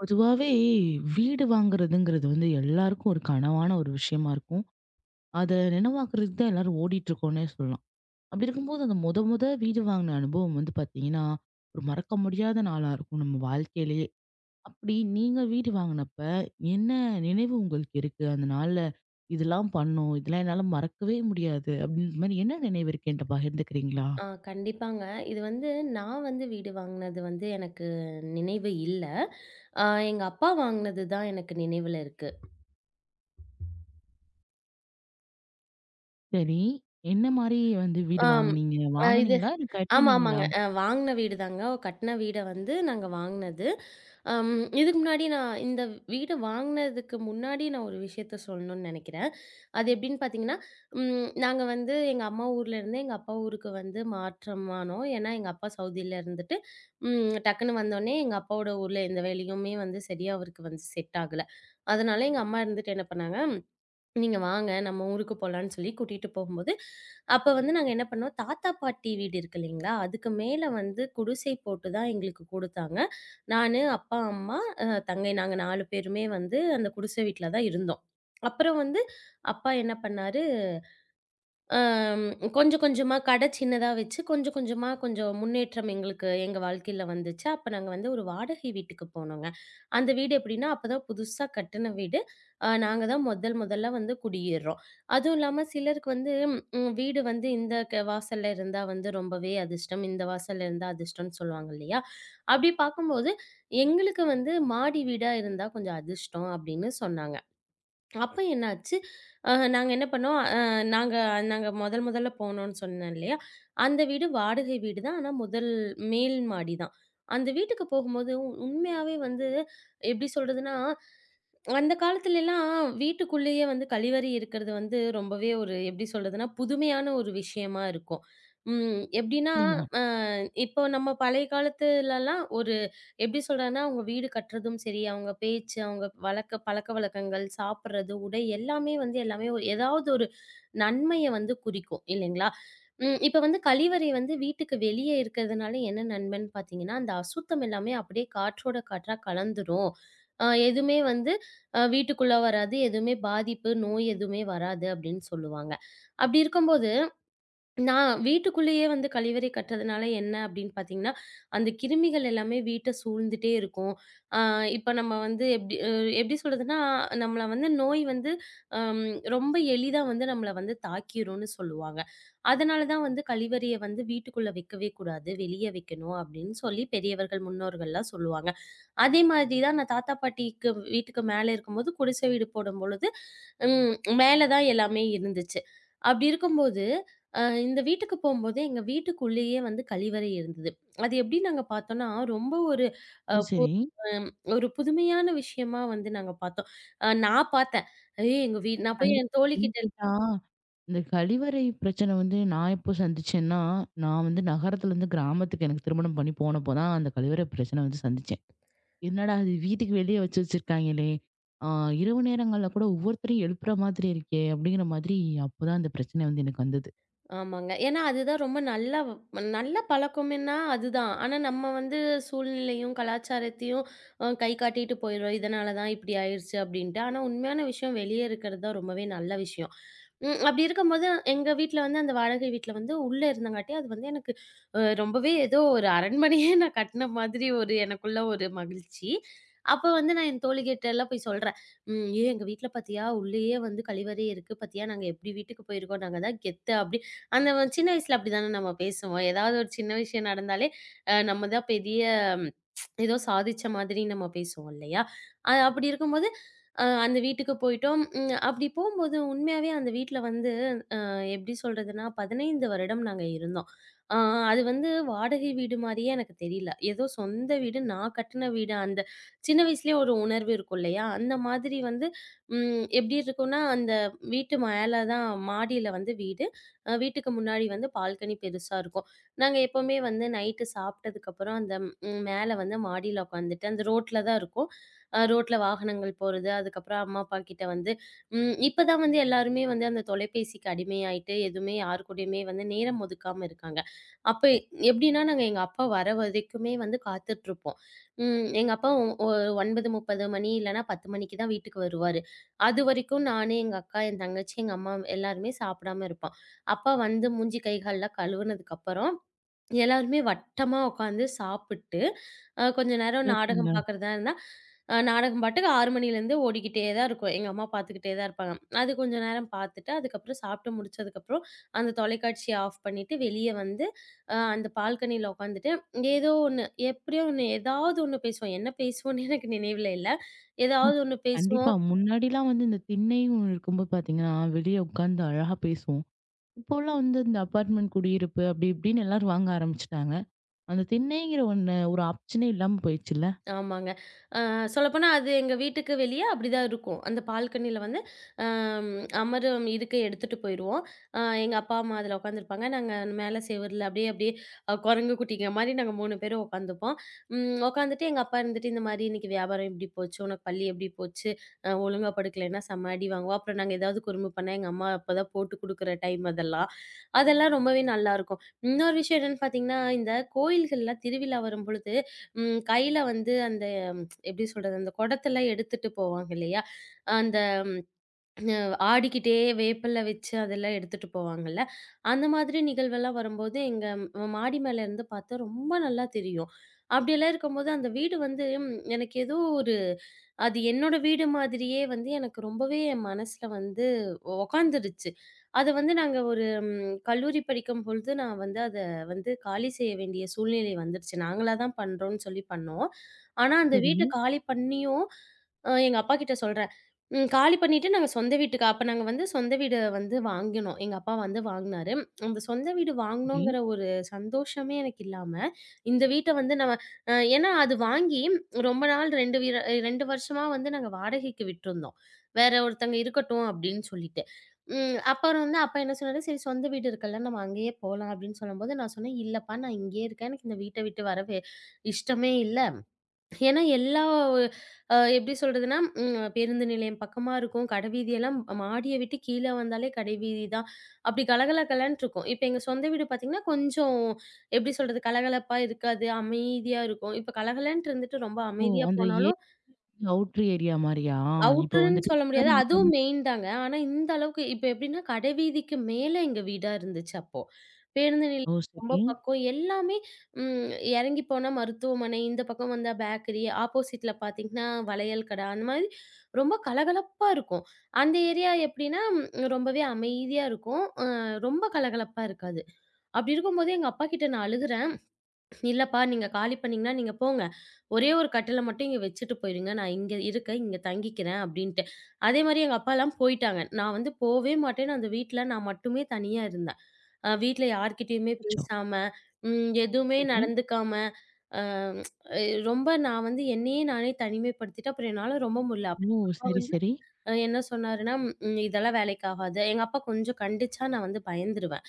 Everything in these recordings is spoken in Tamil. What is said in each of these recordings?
பொதுவாவே வீடு வாங்குறதுங்கிறது வந்து எல்லாருக்கும் ஒரு கனவான ஒரு விஷயமா இருக்கும். அத நினைவாக்குறதுக்கு தான் எல்லாரும் ஓடிட்டு இருக்கோம்னே சொல்லலாம். அப்படி இருக்கும்போது அந்த முத முத வீடு வாங்குன அனுபவம் வந்து பார்த்தீங்கன்னா, ஒரு மறக்க முடியாத நாளா இருக்கும் நம்ம வாழ்க்கையிலேயே. அப்படி நீங்க வீடு வாங்குனப்ப என்ன நினைவு உங்களுக்கு இருக்கு? அந்த நாள்ல இதெல்லாம் பண்ணோம். இதெல்லாம் என்னால மறக்கவே முடியாது. அப்படின்ற மாரி என்ன நினைவு இருக்கு என்ட்ட பகிர்ந்துக்கிறீங்களா? கண்டிப்பாங்க. இது வந்து நான் வீடு வாங்குனது எனக்கு நினைவு இல்ல. அ எங்க அப்பா வாங்குனது தான் எனக்கு நினைவுல இருக்கு. சரி. என்ன மாரி வந்து வீடு ஆம். வாங்குனீங்க? அ இது வாங்குனீங்களா? இல்ல ஆமா, கட்டுனீங்களா? ஆமாங்க. வாங்குன வீடு தாங்க. கட்ன வீட நாங்க வாங்குனது. அம் இதுக்கு முன்னாடி நான் இந்த வீடு வாங்குனதுக்கு முன்னாடி நான் ஒரு விஷயத்த சொல்லணும்னு நெனைக்கிறேன். அது எப்படின்னு பார்த்தீங்கன்னா, நாங்க எங்க அம்மா ஊர்ல இருந்து எங்க அப்பா ஊருக்கு வந்து மாற்றமானோம். ஏன்னா எங்க அப்பா சவுதியில இருந்துட்டு, டக்குன்னு வந்தோனே எங்க அப்பாவோட ஊர்ல எந்த வேலையுமே சரியா அவருக்கு செட் ஆகல. அதனால எங்க அம்மா இருந்துட்டு என்ன பண்ணாங்க, நீங்க வாங்க நம்ம ஊருக்கு போலான்னு சொல்லி கூட்டிட்டு போகும்போது, அப்ப வந்து நாங்க என்ன பண்ணோம், தாத்தா, பாட்டி வீடு இருக்கு இல்லைங்களா? அதுக்கு மேல குடிசை போட்டு தான் எங்களுக்கு குடுத்தாங்க. நானு, அப்பா, அம்மா, தங்கை நாங்க 4 பேருமே அந்த குடிசை வீட்ல தான் இருந்தோம். அப்புறம் வந்து அப்பா என்ன பண்ணாரு. அம் கொஞ்சம் கொஞ்சமா கடை சின்னதா வச்சு, கொஞ்சம் கொஞ்சமா கொஞ்சம் முன்னேற்றம் எங்களுக்கு எங்க வாழ்க்கையில வந்துச்சு. அப்ப நாங்க ஒரு வாடகை வீட்டுக்கு போனோங்க. அந்த வீடு எப்படின்னா, அப்பதான் புதுசா கட்டுன வீடு. நாங்க தான் முதல் முதல்ல குடியேறுறோம். அதுவும் இல்லாம சிலருக்கு வந்து ம் வீடு இந்த க வாசல்ல இருந்தா ரொம்பவே அதிர்ஷ்டம், இந்த வாசல்ல இருந்தா அதிர்ஷ்டம்னு சொல்லுவாங்க இல்லையா? அப்படி பார்க்கும்போது, எங்களுக்கு மாடி வீடா இருந்தா கொஞ்சம் அதிர்ஷ்டம் அப்படின்னு சொன்னாங்க. அப்ப என்னாச்சு, நாங்க என்ன பண்ணோம், அ நாங்க நாங்க முதல் முதல்ல போனோம்னு சொன்னேன் இல்லையா? அந்த வீடு வாடகை வீடு தான். ஆனா, மேல் மாடி தான். அந்த வீட்டுக்கு போகும்போது உண்மையாவே எப்படி சொல்றதுன்னா, அந்த காலத்துலலாம் வீட்டுக்குள்ளேயே கழிவறை இருக்கிறது ரொம்பவே ஒரு எப்படி சொல்றதுன்னா, புதுமையான ஒரு விஷயமா இருக்கும். ம் எப்படின்னா, நிச்சயமா. அ இப்போ நம்ம பழைய காலத்துலலாம் ஒரு எப்படி சொல்றதுன்னா, அவங்க வீடு கட்டுறதும் சரி, அவங்க பேச்சு, அவங்க வழக்க பழக்கவழக்கங்கள், சாப்பிடுறது, உடை எல்லாமே எல்லாமே ஏதாவது ஒரு நன்மைய குறிக்கும் இல்லைங்களா? இப்ப கழிவறை வீட்டுக்கு வெளியே இருக்கிறதுனால என்ன நன்மைன்னு பார்த்தீங்கன்னா, அந்த அசுத்தம் எல்லாமே அப்படியே காற்றோட காற்றா கலந்துரும். எதுவுமே வந்து அ வீட்டுக்குள்ள வராது. எதுவுமே பாதிப்பு, நோய் எதுவுமே வராது அப்படின்னு சொல்லுவாங்க. அப்படி இருக்கும்போது, நான் வீட்டுக்குள்ளேயே கழிவறை கட்டுறதுனால என்ன அப்படின்னு பார்த்தீங்கன்னா, அந்த கிருமிகள் எல்லாமே வீட்ட சூழ்ந்துட்டே இருக்கும். அ இப்ப நம்ம வந்து எப்படி அ எப்படி சொல்றதுன்னா, நம்மள நோய் வந்து அம் ரொம்ப எளிதா நம்மள தாக்கிரும்னு சொல்லுவாங்க. அதனால தான் கழிவறைய வீட்டுக்குள்ள வைக்கவே கூடாது. வெளிய வைக்கணும் அப்படின்னு சொல்லி பெரியவர்கள், முன்னோர்கள்லாம் சொல்லுவாங்க. அதே மாதிரி தான் நான் தாத்தா பாட்டிக்கு வீட்டுக்கு மேல இருக்கும்போது குடிசை வீடு போடும்பொழுது, ம் மேல தான் எல்லாமே இருந்துச்சு. அப்படி இருக்கும்போது, அ இந்த வீட்டுக்கு போம்போது எங்க வீட்டுக்குள்ளேயே கழிவறை இருந்தது. அது எப்படி நாங்க பார்த்தோம்னா, ரொம்ப ஒரு அ பு சரி. அம் ஒரு புதுமையான விஷயமா நாங்க பார்த்தோம். நான் பார்த்தேன். ஏய் எங்க வீ நான் போய் கண்டிப்பா. என் ஏன்னு தோழிகிட்ட கேட்டா, இந்த கழிவறை பிரச்சனை வந்து நான் எப்போ சந்திச்சேன்னா, நான் வந்து நகரத்துலேருந்து கிராமத்துக்கு எனக்கு திருமணம் பண்ணி போனப்போ தான் அந்த கழிவறை பிரச்சனை வந்து சந்திச்சேன். என்னடா இது வீட்டுக்கு வெளியே வச்சு வச்சிருக்காங்களே! ஆ, இரவு நேரங்கள்ல கூட ஒவ்வொருத்தரையும் எழுப்புற மாதிரி இருக்கே! அப்படிங்கிற மாதிரி அப்போதான் அந்த பிரச்சனை வந்து எனக்கு வந்தது. ஆமாங்க. ஏன்னா, அதுதான் ரொம்ப நல்லா வ் நல்ல பழக்கம்ன்னா அதுதான். ஆனா, நம்ம சூழ்நிலையும், கலாச்சாரத்தையும் கை காட்டிட்டு போயிடுறோம். இதனால தான் இப்படி ஆயிருச்சு அப்படின்ட்டு. ஆனா, உண்மையான விஷயம் வெளியே இருக்கிறது தான் ரொம்பவே நல்ல விஷயம். ம். அப்படி இருக்கும்போது எங்க வீட்ல அந்த வாடகை வீட்ல உள்ள இருந்தங்காட்டி, அது எனக்கு ரொம்பவே ஏதோ ஒரு அரண்மனையே நான் கட்டின மாதிரி ஒரு எனக்குள்ள ஒரு மகிழ்ச்சி. அப்ப வந்து நான் என் தோழிகிட்ட எல்லாம் போய் சொல்றேன். ஏய் எங்க வீட்ல பாத்தியா, உள்ளேயே கழிவறை இருக்கு. பாத்தியா நாங்க எப்படி வீட்டுக்கு போயிருக்கோம். நாங்க தான் கெத்து" அப்படி. சின்ன வயசுல அப்படிதானே நம்ம பேசுவோம். ஏதாவது ஒரு சின்ன விஷயம் நடந்தாலே, நம்ம தான் பெரிய ஏதோ சாதிச்ச மாதிரி நம்ம பேசுவோம் இல்லையா? அப்படி இருக்கும்போது, அந்த வீட்டுக்கு போயிட்டோம். அப்படி போம்போது உண்மையாவே அந்த வீட்ல வந்து அ எப்படி சொல்றதுன்னா, 15 வருடம் நாங்க இருந்தோம். அ அது வாடகை வீடு மாரியே எனக்கு தெரியல. ஏதோ சொந்த வீடு, நான் கட்டுன வீடு. அந்த சின்ன வயசுலயே ஒரு உணர்வு இருக்கும் இல்லையா? அந்த மாதிரி வந்து ம் எப்படி இருக்கும்னா, அந்த வீட்டு மேல தான் மாடியில வீடு. வீட்டுக்கு முன்னாடி பால்கனி பெருசா இருக்கும். நாங்க எப்பவுமே நைட்டு சாப்பிட்டதுக்கப்புறம் அந்த ம். மேல மாடியில உட்காந்துட்டு, அந்த ரோட்ல தான் இருக்கும். ரோட்ல வாகனங்கள் போறது, அதுக்கப்புறம் அம்மா, அப்பா கிட்ட வந்து ம் இப்ப தான் எல்லாருமே அந்த தொலைபேசிக்கு அடிமையாயிட்டு, எதுவுமே யார் கூடயுமே நேரம் ஒதுக்காம இருக்காங்க. அப்ப எப்படின்னா, நாங்க எங்க அப்பா வர வரைக்குமே காத்துட்ருப்போம். எங்க அப்பா ஒரு 9:30 மணி இல்லன்னா 10 மணிக்கு தான் வீட்டுக்கு வருவாரு. அது வரைக்கும் நானு, எங்க அக்கா, என் தங்கச்சி, எங்க அம்மா எல்லாருமே சாப்பிடாம இருப்போம். அப்பா மூஞ்சி, கை, கால்லாம் கழுவுனதுக்கப்புறம் எல்லாருமே வட்டமா உட்காந்து சாப்பிட்டு, கொஞ்ச நேரம் நாடகம் சிறப்புங்க. பார்க்குறதா இருந்தா, நாடகம் பாட்டுக்கு 6 மணிலேருந்து ஓடிக்கிட்டே தான் இருக்கும். எங்க அம்மா பார்த்துக்கிட்டே தான் இருப்பாங்க. அது கொஞ்ச நேரம் பார்த்துட்டு, அதுக்கப்புறம் சாப்பிட்டு முடிச்சதுக்கப்புறம், அந்த தொலைக்காட்சிய ஆஃப் பண்ணிட்டு, வெளிய வந்து அ அந்த பால்கனியில உட்காந்துட்டு, ஏதோ ஒண்ணு எப்படியோ ஒண்ணு ஏதாவது ஒண்ணு பேசுவோம். என்ன பேசுவோம்னு எனக்கு நினைவுல இல்ல. ஏதாவது ஒண்ணு பேசுவோம். கண்டிப்பா. முன்னாடிலாம் வந்து இந்த திண்ணையும் இருக்கும்போது பார்த்தீங்கன்னா, வெளியே உட்காந்து அழகா பேசுவோம். இப்போலாம் வந்து இந்த அபார்ட்மெண்ட் குடியிருப்பு அப்படி இப்படின்னு எல்லாரும் வாங்க ஆரம்பிச்சுட்டாங்க. அந்த திண்ணைங்கிற ஒண்ணு ஒரு ஆப்ஷனே இல்லாம போயிடுச்சுல்ல? ஆமாங்க. சொல்லப்போனா அது எங்க வீட்டுக்கு வெளிய அப்படிதான் இருக்கும். அந்த பால்கனியில வந்து அம் அமரும் இருக்கை எடுத்துட்டு போயிருவோம். எங்க அப்பா, அம்மா அதுல உட்காந்துருப்பாங்க. நாங்க மேல செவுருல அப்படியே அப்படியே குரங்கு குட்டிங்க மாரி நாங்க 3 பேரும் உட்காந்துப்போம். உட்காந்துட்டு எங்க அப்பா இருந்துட்டு, "இந்த மாரி இன்னைக்கு வியாபாரம் இப்படி போச்சு, உனக்கு பள்ளி எப்படி போச்சு? ஒழுங்கா படுக்கலைன்னா செம்ம அடி வாங்குவ." அப்புறம் நாங்க ஏதாவது குறும்பு பண்ணா, எங்க அம்மா அப்பதான் போட்டு குடுக்குற டைம் அதெல்லாம். அதெல்லாம் ரொம்பவே நல்லாருக்கும். இன்னொரு விஷயம் என்னன்னு பார்த்தீங்கன்னா, இந்த கோயில்கள்ல திருவிழா வரும்பொழுது கையில அந்த எப்படி சொல்றது? அந்த குடத்தெல்லாம் எடுத்துட்டு போவாங்க இல்லையா? அந்த ஆடிக்கிட்டே வேப்பில வச்சு அதெல்லாம் எடுத்துட்டு போவாங்கல்ல. அந்த மாதிரி நிகழ்வெல்லாம் வரும்போது எங்க ம் மாடி மேல இருந்து பார்த்தா ரொம்ப நல்லா தெரியும். அப்படியெல்லாம் இருக்கும்போது அந்த வீடு எனக்கு ஏதோ ஒரு அது என்னோட வீடு மாதிரியே எனக்கு ரொம்பவே என் மனசுல உக்காந்துருச்சு. அத நாங்க ஒரு கல்லூரி படிக்கும் பொழுது நான் அத காலி செய்ய வேண்டிய சூழ்நிலை வந்துருச்சு. நாங்களா தான் பண்றோம்ன்னு சொல்லி பண்ணோம். ஆனா, அந்த வீட்ட சரி, காலி பண்ணியும் எங்க அப்பாகிட்ட சொல்றேன். காலி பண்ணிட்டு நாங்க சொந்த வீட்டுக்கு அப்ப நாங்க சொந்த வீடு வாங்கினோம். எங்க அப்பா வாங்குனாரு. அந்த சொந்த வீடு சரி. வாங்கணுங்கிற ஒரு சந்தோஷமே எனக்கு இல்லாம, இந்த வீட்ட வந்து நம்ம அ ஏன்னா அது வாங்கி ரொம்ப நாள் 2 வருஷமா நாங்க வாடகைக்கு விட்டிருந்தோம். வேற ஒருத்தங்க இருக்கட்டும் அப்படின்னு சொல்லிட்டு. அப்புறம் அப்பா என்ன சொன்னாரு, "சரி சொந்த வீடு இருக்குல்ல, நம்ம அங்கேயே போலாம்" அப்படின்னு சொல்லும்போது, நான் சொன்னேன், "இல்லப்பா நான் இங்கேயே இருக்கேன். எனக்கு இந்த வீட்ட விட்டு வரவே இஷ்டமே இல்ல. ஏன்னா, எல்லா அ எப்படி சொல்றதுன்னா, பேருந்து நிலையம் பக்கமா இருக்கும். கடைவீதி எல்லாம் மாடிய விட்டு கீழ வந்தாலே கடைவீதி தான். அப்படி கலகல கலன்ட்டு இருக்கும். இப்ப எங்க சொந்த வீடு பார்த்தீங்கன்னா, கொஞ்சம் எப்படி சொல்றது? கலகலப்பா இருக்காது. அமைதியா இருக்கும். இப்ப கலகலன்ட்டு இருந்துட்டு ரொம்ப ஓ! அமைதியா அந்த ஏரி போனாலும் அவுட்ரு ஏரியா மாரியா? இப்ப அவுட்டர்ன்னு வந்துட்டு சொல்ல முடியாது. அதுவும் உதாரணம். மெயின் தாங்க. ஆனா இந்த அளவுக்கு இப்ப எப்படின்னா, கடைவீதிக்கு மேல எங்க வீடா இருந்துச்சு அப்போ. பேருந்து நிலையம் ஓ! ரொம்ப சரி. பக்கம். எல்லாமே ம் இறங்கி போனா மருத்துவமனை, இந்த பக்கம் வந்தா பேக்கரி, ஆப்போசிட்ல பார்த்தீங்கன்னா வளையல் கடை, அந்த மாதிரி ரொம்ப கலகலப்பா இருக்கும். அந்த ஏரியா எப்படின்னா, ரொம்பவே அமைதியா இருக்கும். ரொம்ப கலகலப்பா இருக்காது. அப்படி இருக்கும்போது எங்க அப்பா கிட்ட நான் அழுகுறேன். "இல்லப்பா நீங்க காலி பண்ணீங்கன்னா நீங்க போங்க. ஒரே ஒரு கட்டில மட்டும் இங்க வச்சுட்டு போயிருங்க. நான் இங்க இருக்கேன். இங்க தங்கிக்கிறேன் அப்டின்ட்டு. அதே மாரி எங்க அப்பாலாம் போயிட்டாங்க. நான் போவே மாட்டேன்னு அந்த வீட்ல நான் மட்டுமே தனியா இருந்தேன். வீட்ல யார்கிட்டயுமே அச்சச்சோ! பேசாம, எதுவுமே சரி. நடந்துக்காம, அ ரொம்ப நான் என்னையே நானே தனிமைப்படுத்திட்டு அப்புறம் என்னால ரொம்ப முடியல. அப்ப ஓ! எங்க அப்பா சரி, வந்து சரி. என்ன சொன்னாருன்னா, இதெல்லாம் வேலைக்கு ஆகாது." எங்க அப்பா கொஞ்சம் கண்டிச்சா நான் பயந்துருவேன்.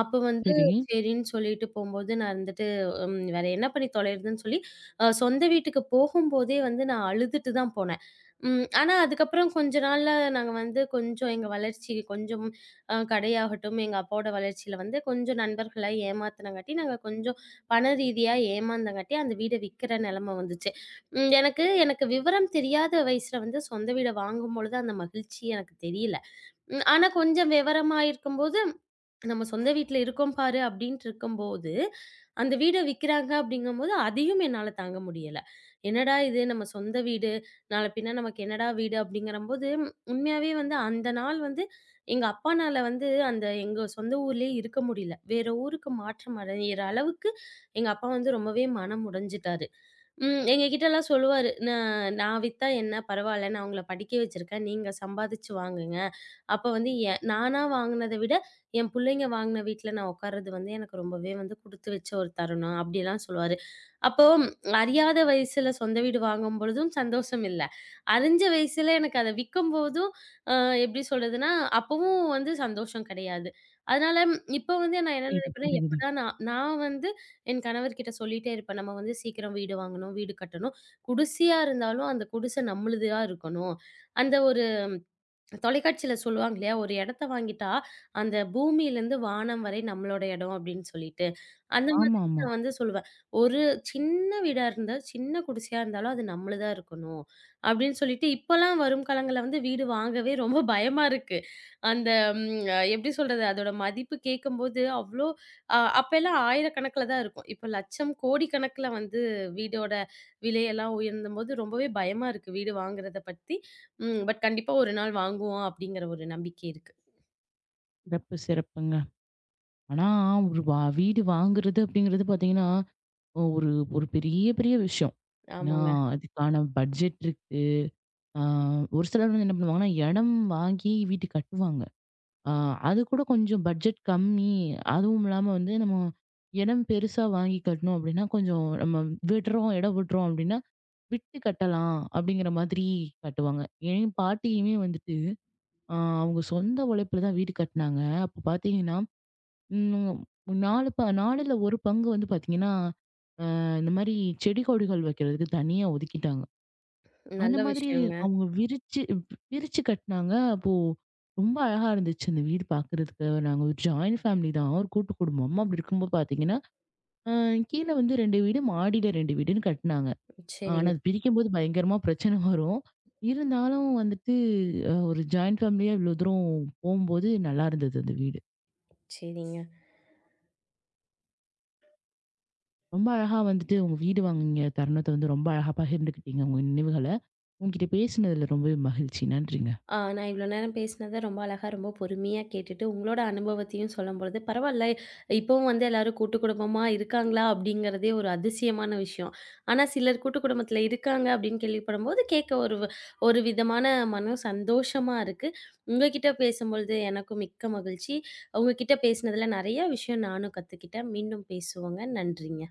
அப்ப வந்து சரி. சரின்னு சொல்லிட்டு போம்போது, நான் இருந்துட்டு வேற என்ன பண்ணி தொலைறதுன்னு சொல்லி, சொந்த வீட்டுக்கு போகும்போதே நான் அழுதுட்டு தான் போனேன். ஆனா அதுக்கப்புறம் கொஞ்ச நாள்ல நாங்க கொஞ்சம் எங்க வளர்ச்சி கொஞ்சம் கடையாகட்டும், எங்க அப்பாவோட வளர்ச்சியில கொஞ்சம் நண்பர்கள ஏமாத்துனங்காட்டி, நாங்க கொஞ்சம் பண ரீதியா ஏமாந்தங்காட்டி அந்த வீட விக்கிற நிலைமை வந்துச்சு. எனக்கு எனக்கு விவரம் தெரியாத வயசுல சொந்த வீட வாங்கும்பொழுது அந்த மகிழ்ச்சி எனக்கு தெரியல. ஆனா கொஞ்சம் விவரமா இருக்கும்போது நம்ம சொந்த வீட்ல இருக்கோம் பாரு அப்படின்ட்டு இருக்கும்போது, அந்த வீட விக்கிறாங்க அப்படிங்கும்போது, அதையும் என்னால தாங்க முடியல. என்னடா இது நம்ம சொந்த வீடு, நாள பின்ன நமக்கு என்னடா வீடு அப்படிங்கிறம்போது, உண்மையாவே அந்த நாள் எங்க அப்பானால அந்த எங்க சொந்த ஊர்லயே இருக்க முடியல. வேற ஊருக்கு மாற்றம் அடையிற அளவுக்கு எங்க அப்பா ரொம்பவே மனம் உடைஞ்சுட்டாரு. ம். எங்ககிட்டலாம் சொல்லுவாரு. நான் வித்தா என்ன பரவால்ல. நான் உங்கள படிக்க வச்சிருக்கேன். நீங்க சம்பாதிச்சு வாங்குங்க. அப்ப வந்து எ நானா வாங்குனத விட, என் புள்ளைங்க வாங்குன வீட்ல நான் உட்கார்றது எனக்கு ரொம்பவே குடுத்து வச்ச ஒரு தருணம்." அப்படிலாம் சொல்லுவாரு. அப்போ அறியாத வயசுல சொந்த வீடு வாங்கும் பொழுதும் சந்தோஷம் இல்ல. அறிஞ்ச வயசுல எனக்கு அத விக்கும்போதும், அ எப்படி சொல்றதுன்னா, அப்பவும் சந்தோஷம் கிடையாது. அதனால இப்போ நான் என்ன புரியுது, நினைப்பேன்னா, புரியுது. எப்படா நான் நான் என் கணவர்கிட்ட சொல்லிட்டே இருப்பேன். நம்ம சீக்கிரம் வீடு வாங்கணும், வீடு கட்டணும். குடிசையா இருந்தாலும் அந்த குடிசை நம்மளுதா இருக்கணும். அந்த ஒரு தொலைக்காட்சியில சொல்லுவாங்க இல்லையா, "ஒரு இடத்த வாங்கிட்டா, அந்த பூமியிலேருந்து வானம் வரை நம்மளோட இடம்" அப்படின்னு சொல்லிட்டு. அந்த மாதிரி ஆமா, ஆமா. நான் சொல்லுவேன். ஒரு சின்ன வீடா இருந்தா, சின்ன குடிசையா இருந்தாலும் அது நம்மளுதா இருக்கணும். அப்படின்னு சொல்லிட்டு இப்பலாம் வரும் காலங்கள்ல வீடு வாங்கவே ரொம்ப பயமா இருக்கு. அந்த ம் எப்படி சொல்றது? அதோட மதிப்பு கேட்கும்போது அவ்ளோ அ அப்பலாம் ஆயிரக்கணக்கில தான் இருக்கும். இப்ப லட்சம், கோடி கணக்கில வீடோட விலையெல்லாம் உயர்ந்தம்போது ரொம்பவே பயமா இருக்கு வீடு வாங்குறத பத்தி. பட் கண்டிப்பா ஒரு நாள் வாங்குவோம் அப்படிங்கிற ஒரு நம்பிக்கை இருக்கு. சிறப்பு, சிறப்புங்க. ஆனா ஒரு வா வீடு வாங்குறது அப்படிங்கிறது பார்த்தீங்கன்னா, ஒரு ஒரு பெரிய, பெரிய விஷயம். ஏன்னா, ஆமாங்க. அதுக்கான பட்ஜெட் இருக்கு. ஆ, ஒரு சிலர் வந்து என்ன பண்ணுவாங்கன்னா, இடம் வாங்கி வீடு கட்டுவாங்க. ஆ, அது கூட கொஞ்சம் பட்ஜெட் கம்மி. அதுவும் இல்லாம வந்து நம்ம இடம் பெருசா வாங்கி கட்டணும் அப்டின்னா, கொஞ்சம் நம்ம விடுறோம், இடம் விடுறோம் அப்டின்னா, விட்டு கட்டலாம் அப்டிங்கிற மாதிரி கட்டுவாங்க. என் பாட்டியுமே வந்துட்டு, ஆ, அவங்க சொந்த உழைப்புல தான் வீடு கட்னாங்க. அப்ப பார்த்தீங்கன்னா, ம் 4 ப 4ல 1 பங்கு வந்து பார்த்தீங்கன்னா, இந்த மாரி செடி கொடிகள் வைக்கிறதுக்கு தனியா ஒதுக்கிட்டாங்க. அந்த நல்ல மாதிரி விஷயங்க. அவங்க விரிச்சு விரிச்சு கட்டினாங்க. அப்போ ரொம்ப அழகா இருந்துச்சு அந்த வீடு பார்க்கறதுக்கு. நாங்க ஒரு ஜாயிண்ட் ஃபேமிலி தான். ஒரு கூட்டு குடும்பம். அப்படி இருக்கும்போது பார்த்தீங்கன்னா, அ கீழ வந்து 2 வீடு, மாடியில 2 வீடுன்னு கட்டினாங்க. ஆனா, சரிங்க, அது பிரிக்கும்போது பயங்கரமா பிரச்சனை வரும். இருந்தாலும் வந்துட்டு ஒரு ஜாயிண்ட் ஃபேமிலியா இவ்வளோ தூரம் போம்போது நல்லா இருந்தது அந்த வீடு. சரிங்க. ரொம்ப அழகா வந்துட்டு உங்க வீடு வாங்குன தருணத்த வந்து ரொம்ப அழகா பகிர்ந்துக்கிட்டீங்க, உங்க நினைவுகள. உங்ககிட்ட பேசினதுல ரொம்பவே மகிழ்ச்சி. நன்றிங்க. நான் இவ்வளோ நேரம் பேசினத ரொம்ப அழகா, ரொம்ப பொறுமையா கேட்டுட்டு, உங்களோட அனுபவத்தையும் சொல்லும்பொழுது, பரவால்ல. இப்பவும் எல்லாரும் கூட்டு குடும்பமா இருக்காங்களா? அப்படிங்கிறதே ஒரு அதிசயமான விஷயம். ஆனா சிலர் கூட்டு குடும்பத்தில இருக்காங்க அப்படின்னு கேள்விப்படும்போது, கேட்க ஒரு விதமான மன சந்தோஷமா இருக்கு. உங்க கிட்ட பேசும்பொழுது எனக்கும் மிக்க மகிழ்ச்சி. உங்க கிட்ட பேசினதில நெறைய விஷயம் நானும் கத்துக்கிட்டேன். மீண்டும் பேசுவோங்க. நன்றிங்க.